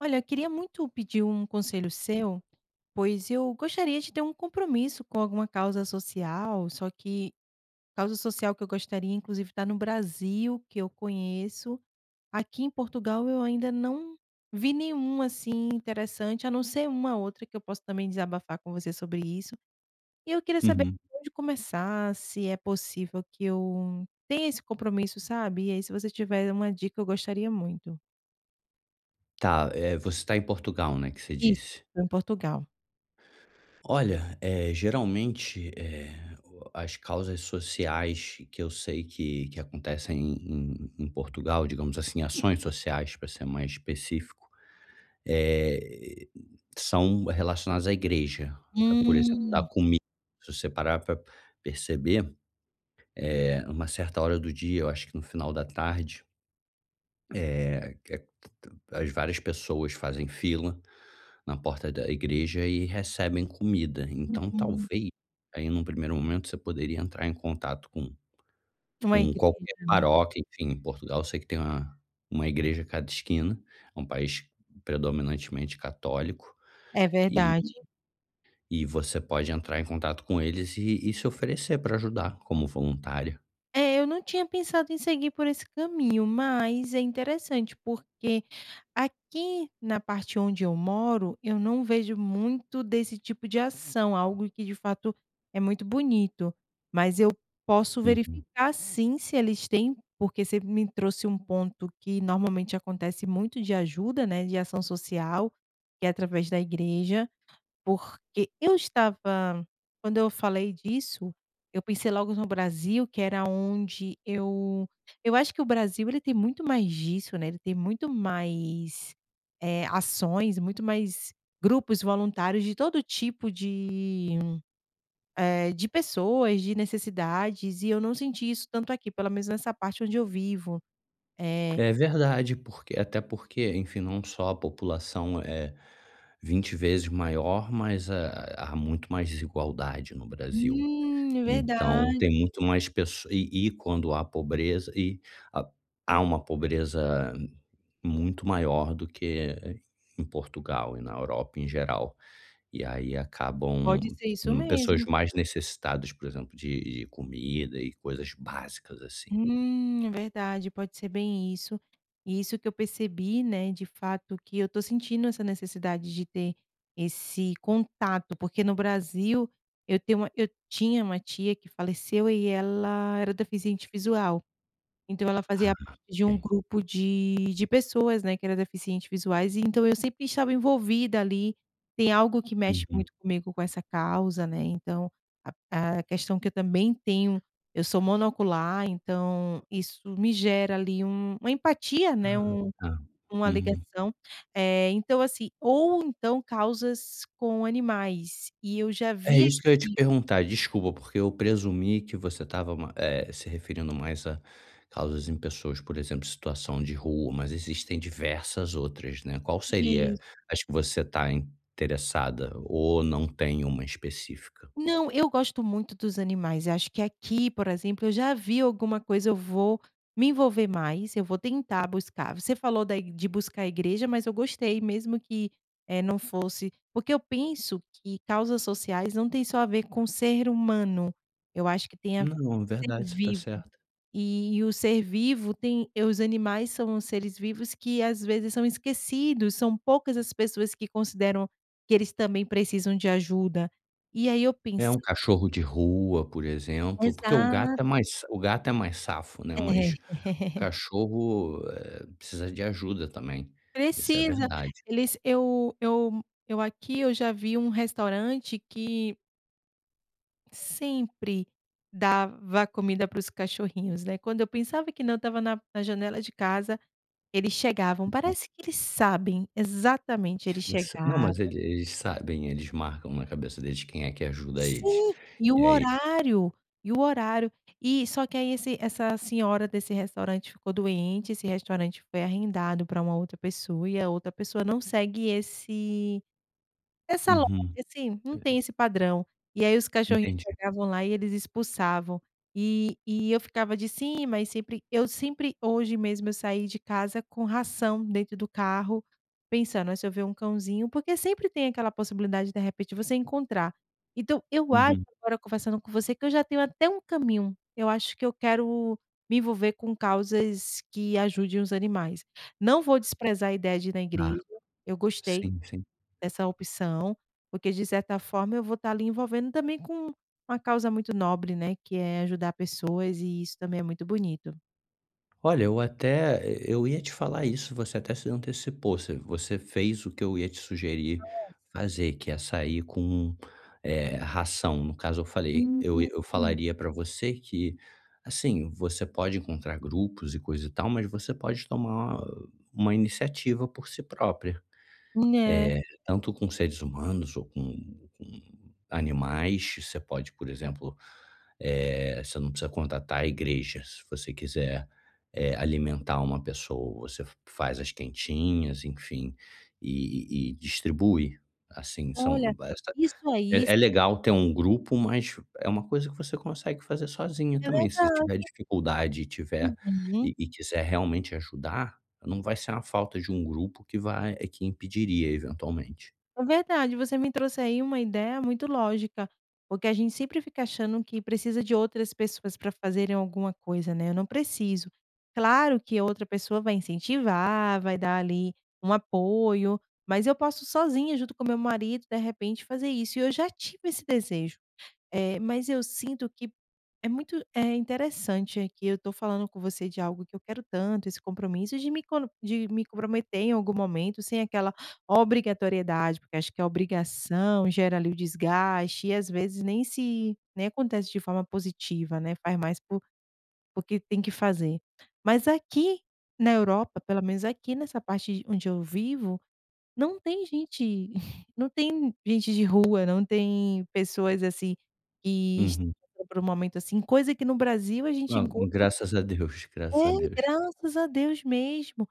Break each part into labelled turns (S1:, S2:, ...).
S1: Olha, eu queria muito pedir um conselho seu, pois eu gostaria de ter um compromisso com alguma causa social, só que causa social que eu gostaria, inclusive, tá no Brasil, que eu conheço. Aqui em Portugal eu ainda não vi nenhum assim interessante, a não ser uma outra que eu posso também desabafar com você sobre isso. E eu queria saber
S2: Uhum.
S1: onde começar, se é possível que eu tenha esse compromisso, sabe? E aí, se você tiver uma dica, eu gostaria muito.
S2: Tá, você está em Portugal, né, que você
S1: Isso,
S2: disse.
S1: em Portugal.
S2: Olha, geralmente, o as causas sociais que eu sei que acontecem em em Portugal, digamos assim, ações sociais, para ser mais específico, eh, são relacionadas à igreja. Ah, por exemplo, dar
S1: Hum.
S2: comida. Se você parar para perceber, uma certa hora do dia, eu acho que no final da tarde, que a as várias pessoas fazem fila na porta da igreja e recebem comida. Então,
S1: Uhum,
S2: talvez, aí num primeiro momento, você poderia entrar em contato com
S1: uma
S2: com
S1: igreja,
S2: qualquer
S1: né.
S2: paróquia, enfim, em Portugal eu sei que tem uma igreja a cada esquina, é um país predominantemente católico,
S1: É
S2: e
S1: verdade.
S2: e você pode entrar em contato com eles e se oferecer para ajudar como voluntária.
S1: É, eu não tinha pensado em seguir por esse caminho, mas é interessante, porque aqui na parte onde eu moro, eu não vejo muito desse tipo de ação, algo que de fato é muito bonito. Mas eu posso
S2: Uhum.
S1: verificar sim se eles têm, porque você me trouxe um ponto que normalmente acontece muito de ajuda, né, de ação social, que é através da igreja. Porque eu estava quando eu falei disso, eu pensei logo no Brasil, que era onde eu acho que o Brasil ele tem muito mais disso, né, ele tem muito mais, ações, muito mais grupos voluntários de todo tipo de, de pessoas, de necessidades, e eu não senti isso tanto aqui, pelo menos nessa parte onde eu vivo. É.
S2: É verdade, porque até porque, enfim, não só a população é 20 vezes maior, mas há muito mais desigualdade no Brasil.
S1: Hum,
S2: Então
S1: verdade,
S2: tem muito mais pessoas e quando há pobreza e há há uma pobreza muito maior do que em Portugal e na Europa em geral. E aí acabam
S1: pode ser isso
S2: pessoas
S1: mesmo.
S2: mais necessitadas, por exemplo, de comida e coisas básicas assim.
S1: É verdade, pode ser bem isso. E isso que eu percebi, né, de fato, que eu tô sentindo essa necessidade de ter esse contato, porque no Brasil eu tenho uma eu tinha uma tia que faleceu e ela era deficiente visual. Então ela
S2: Ah,
S1: fazia parte de um
S2: ok.
S1: grupo de pessoas, né, que era deficiente visuais, e então eu sempre estava envolvida ali. Tem algo que mexe
S2: Uhum.
S1: muito comigo com essa causa, né, então a questão que eu também tenho eu sou monocular, então isso me gera ali um uma empatia, né, um
S2: Tá.
S1: uma
S2: Uhum.
S1: ligação. Então assim ou então causas com animais, e eu já
S2: É
S1: vi
S2: isso que eu ia te perguntar, desculpa, porque eu presumi que você estava se referindo mais a causas em pessoas, por exemplo, situação de rua, mas existem diversas outras, né. Qual
S1: aqui.
S2: seria as que você está interessada ou não tem uma específica?
S1: Não, eu gosto muito dos animais. Eu acho que aqui, por exemplo, eu já vi alguma coisa, eu vou me envolver mais, eu vou tentar buscar. Você falou da i de buscar a igreja, mas eu gostei, mesmo que, não fosse, porque eu penso que causas sociais não tem só a ver com ser humano, eu acho que tem a ver
S2: Não, é
S1: com ser
S2: verdade, você está
S1: vivo.
S2: certa.
S1: E o ser vivo tem e os animais são seres vivos que, às vezes, são esquecidos, são poucas as pessoas que consideram que eles também precisam de ajuda. E aí eu
S2: É
S1: penso.
S2: um cachorro de rua, por exemplo, porque
S1: Exato,
S2: o gato é mais safo, né,
S1: é.
S2: mas o cachorro, precisa de ajuda também. Isso é
S1: Precisa.
S2: verdade.
S1: Eles eu eu aqui eu já vi um restaurante que sempre dava comida para os cachorrinhos, né, quando eu pensava que não, estava na janela de casa, eles chegavam, parece que eles sabem, exatamente, eles
S2: Isso não,
S1: chegavam.
S2: mas eles sabem, eles marcam na cabeça deles quem é que ajuda eles.
S1: Sim, e o
S2: E aí,
S1: horário, e o horário. E só que aí esse essa senhora desse restaurante ficou doente, esse restaurante foi arrendado para uma outra pessoa e a outra pessoa não segue esse essa loja,
S2: uhum.
S1: assim, não
S2: É,
S1: tem esse padrão. E aí os cachorrinhos
S2: entendi.
S1: chegavam lá e eles expulsavam. E eu ficava de cima e sempre eu sempre hoje mesmo eu saí de casa com ração dentro do carro, pensando: "Ah, se eu ver um cãozinho", porque sempre tem aquela possibilidade, de repente, você encontrar. Então eu acho,
S2: Uhum.
S1: agora conversando com você, que eu já tenho até um caminho. Eu acho que eu quero me envolver com causas que ajudem os animais. Não vou desprezar a ideia de ir na
S2: Tá.
S1: igreja, eu gostei
S2: Sim, sim.
S1: dessa opção, porque de certa forma eu vou estar ali envolvendo também com uma causa muito nobre, né, que é ajudar pessoas e isso também é muito bonito.
S2: Olha, eu ia te falar isso, você até se antecipou, você fez o que eu ia te sugerir fazer, que é sair com, ração. No caso eu falei
S1: Hum.
S2: eu falaria para você que, assim, você pode encontrar grupos e coisa e tal, mas você pode tomar uma iniciativa por si própria.
S1: Né.
S2: Tanto com seres humanos ou com animais, você pode, por exemplo, você não precisa contratar a igreja, se você quiser, alimentar uma pessoa, você faz as quentinhas, enfim, e distribui, assim,
S1: Olha,
S2: são essa
S1: isso aí
S2: é é legal ter um grupo, mas é uma coisa que você consegue fazer sozinho
S1: é
S2: também, se você
S1: verdade.
S2: tiver dificuldade e tiver
S1: Uhum.
S2: e quiser realmente ajudar, não vai ser a falta de um grupo que impediria eventualmente.
S1: É verdade, você me trouxe aí uma ideia muito lógica, porque a gente sempre fica achando que precisa de outras pessoas para fazerem alguma coisa, né, eu não preciso. Claro que outra pessoa vai incentivar, vai dar ali um apoio, mas eu posso sozinha junto com meu marido, de repente, fazer isso e eu já tive esse desejo. Mas eu sinto que é muito, é interessante que eu estou falando com você de algo que eu quero tanto, esse compromisso de me co de me comprometer em algum momento sem aquela obrigatoriedade, porque acho que a obrigação gera ali o desgaste e às vezes nem se nem acontece de forma positiva, né, faz mais por porque tem que fazer. Mas aqui na Europa, pelo menos aqui nessa parte onde eu vivo, não tem gente não tem gente de rua, não tem pessoas, assim, que estão
S2: Uhum.
S1: passando por um momento assim, coisa que no Brasil a gente
S2: Não,
S1: encontra.
S2: graças a Deus, graças a Deus.
S1: É, graças a Deus mesmo.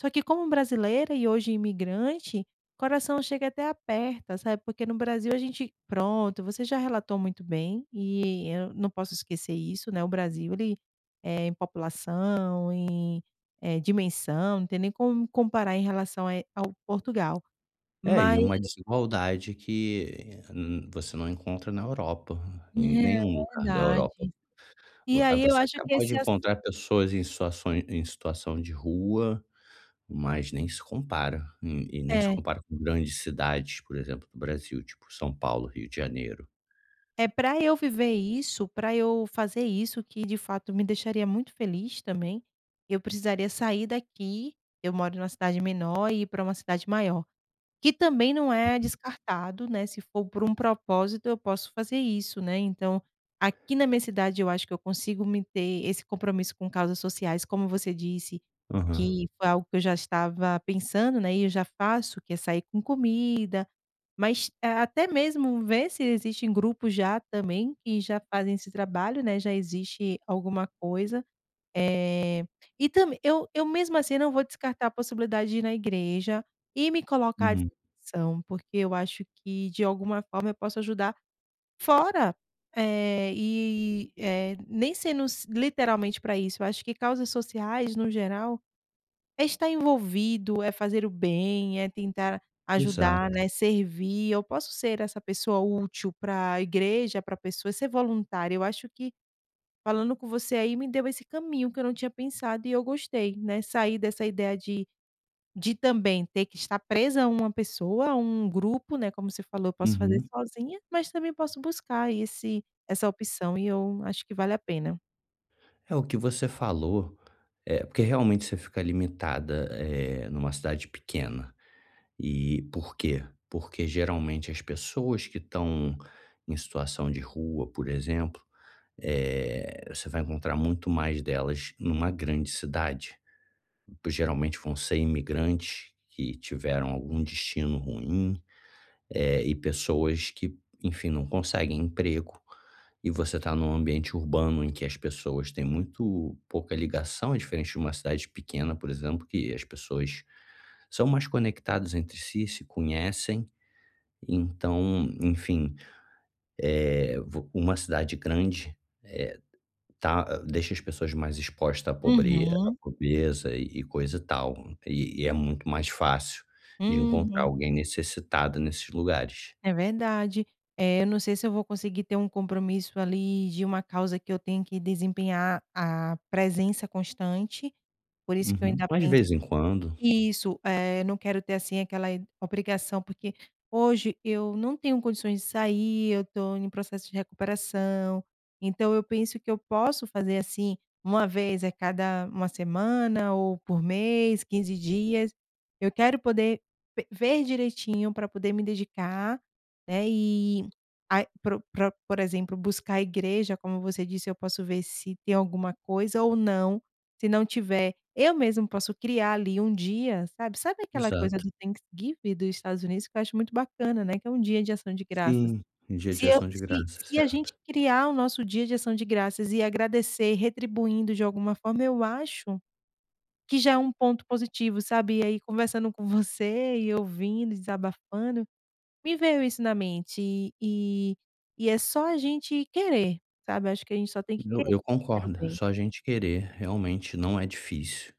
S1: Só que como brasileira e hoje imigrante, o coração chega até aperta, sabe, porque no Brasil a gente pronto, você já relatou muito bem e eu não posso esquecer isso, né, o Brasil ele, é em população, em, dimensão, não tem nem como comparar em relação a ao Portugal,
S2: É, e
S1: mas
S2: uma desigualdade que n você não encontra na Europa, em nenhum
S1: é,
S2: lugar da Europa.
S1: verdade. E
S2: Vo ah,
S1: aí eu
S2: você
S1: acho
S2: até
S1: que
S2: pode
S1: esse ass
S2: encontrar pessoas em situações em situação de rua, mas nem se compara, e nem se
S1: é,
S2: compara com grandes cidades, por exemplo, do Brasil, tipo São Paulo, Rio de Janeiro.
S1: é pra eu viver isso, pra eu fazer isso que de fato me deixaria muito feliz também, eu precisaria sair daqui, eu moro numa cidade menor e ir pra uma cidade maior. Que também não é descartado, né, se for por um propósito eu posso fazer isso, né, então, aqui na minha cidade eu acho que eu consigo me ter esse compromisso com causas sociais, como você disse,
S2: Aham.
S1: que foi algo que eu já estava pensando, né, e eu já faço, que é sair com comida, mas, até mesmo ver se existem grupos já também que já fazem esse trabalho, né, já existe alguma coisa. E também eu mesmo assim não vou descartar a possibilidade de ir na igreja e me colocar à
S2: Uhum.
S1: disposição, porque eu acho que de alguma forma eu posso ajudar fora, nem sendo s literalmente para isso, eu acho que causas sociais no geral é estar envolvido, é fazer o bem, é tentar ajudar,
S2: Exato.
S1: né, servir. Eu posso ser essa pessoa útil pra igreja, para pessoas ser voluntária. Eu acho que falando com você aí me deu esse caminho que eu não tinha pensado e eu gostei, né, sair dessa ideia de também ter que estar presa a uma pessoa, a um grupo, né, como você falou, eu posso fazer
S2: Uhum.
S1: sozinha, mas também posso buscar esse essa opção e eu acho que vale a pena.
S2: É, o que você falou, porque realmente você fica limitada, numa cidade pequena. E por quê? Porque geralmente as pessoas que estão em situação de rua, por exemplo, você vai encontrar muito mais delas numa grande cidade. Geralmente vão ser imigrantes que tiveram algum destino ruim, e pessoas que, enfim, não conseguem emprego. E você está num ambiente urbano em que as pessoas têm muito pouca ligação, é diferente de uma cidade pequena, por exemplo, que as pessoas são mais conectadas entre si, se conhecem. Então, enfim, uma cidade grande tá, deixa as pessoas mais expostas à
S1: Uhum,
S2: pobreza e coisa e tal. E é muito mais fácil de encontrar
S1: uhum.
S2: alguém necessitado nesses lugares.
S1: É verdade. Eu não sei se eu vou conseguir ter um compromisso ali de uma causa que eu tenho que desempenhar a presença constante, por isso que eu
S2: Uhum.
S1: ainda
S2: Mas de
S1: penso.
S2: vez em quando,
S1: Isso, não quero ter, assim, aquela i obrigação, porque hoje eu não tenho condições de sair, eu estou em processo de recuperação, então eu penso que eu posso fazer, assim, uma vez a cada uma semana ou por mês, 15 dias. Eu quero poder ve ver direitinho para poder me dedicar, né, e ai pro pro por exemplo, buscar a igreja, como você disse, eu posso ver se tem alguma coisa ou não, se não tiver eu mesmo posso criar ali um dia, sabe, sabe aquela coisa
S2: exato.
S1: do Thanksgiving dos Estados Unidos que eu acho muito bacana, né, que é um dia de ação de graças.
S2: Sim, em dia de
S1: Se eu
S2: ação de
S1: se
S2: graça,
S1: se a gente
S2: certo.
S1: criar o nosso dia de ação de graças e agradecer retribuindo de alguma forma, eu acho que já é um ponto positivo, sabe. E aí conversando com você e ouvindo, desabafando, me veio isso na mente e é só a gente querer, sabe, acho que a gente só tem que
S2: Eu
S1: querer o
S2: concordo,
S1: bem.
S2: só a gente querer, realmente não é difícil.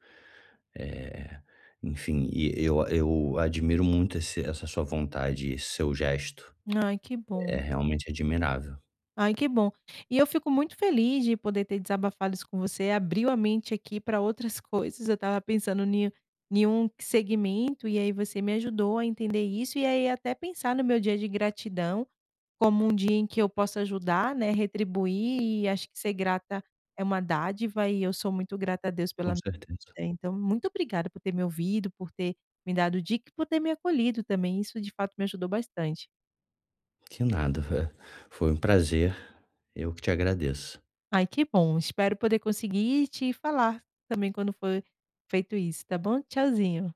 S2: Eh, Enfim, e eu admiro muito esse essa sua vontade esse seu gesto,
S1: Ai, que
S2: é
S1: bom.
S2: realmente admirável,
S1: Ai, que bom. E eu fico muito feliz de poder ter desabafado isso com você, abriu a mente aqui para outras coisas, eu estava pensando em em um segmento, e aí você me ajudou a entender isso, e aí até pensar no meu dia de gratidão, como um dia em que eu posso ajudar, né, retribuir, e acho que ser grata é uma dádiva, e eu sou muito grata a Deus pela
S2: com
S1: minha
S2: certeza.
S1: vida. Então, muito obrigada por ter me ouvido, por ter me dado dica e por ter me acolhido também, isso de fato me ajudou bastante.
S2: Que nada, foi um prazer, eu que te agradeço.
S1: Ai, que bom. Espero poder conseguir te falar também quando for feito isso, tá bom? Tchauzinho.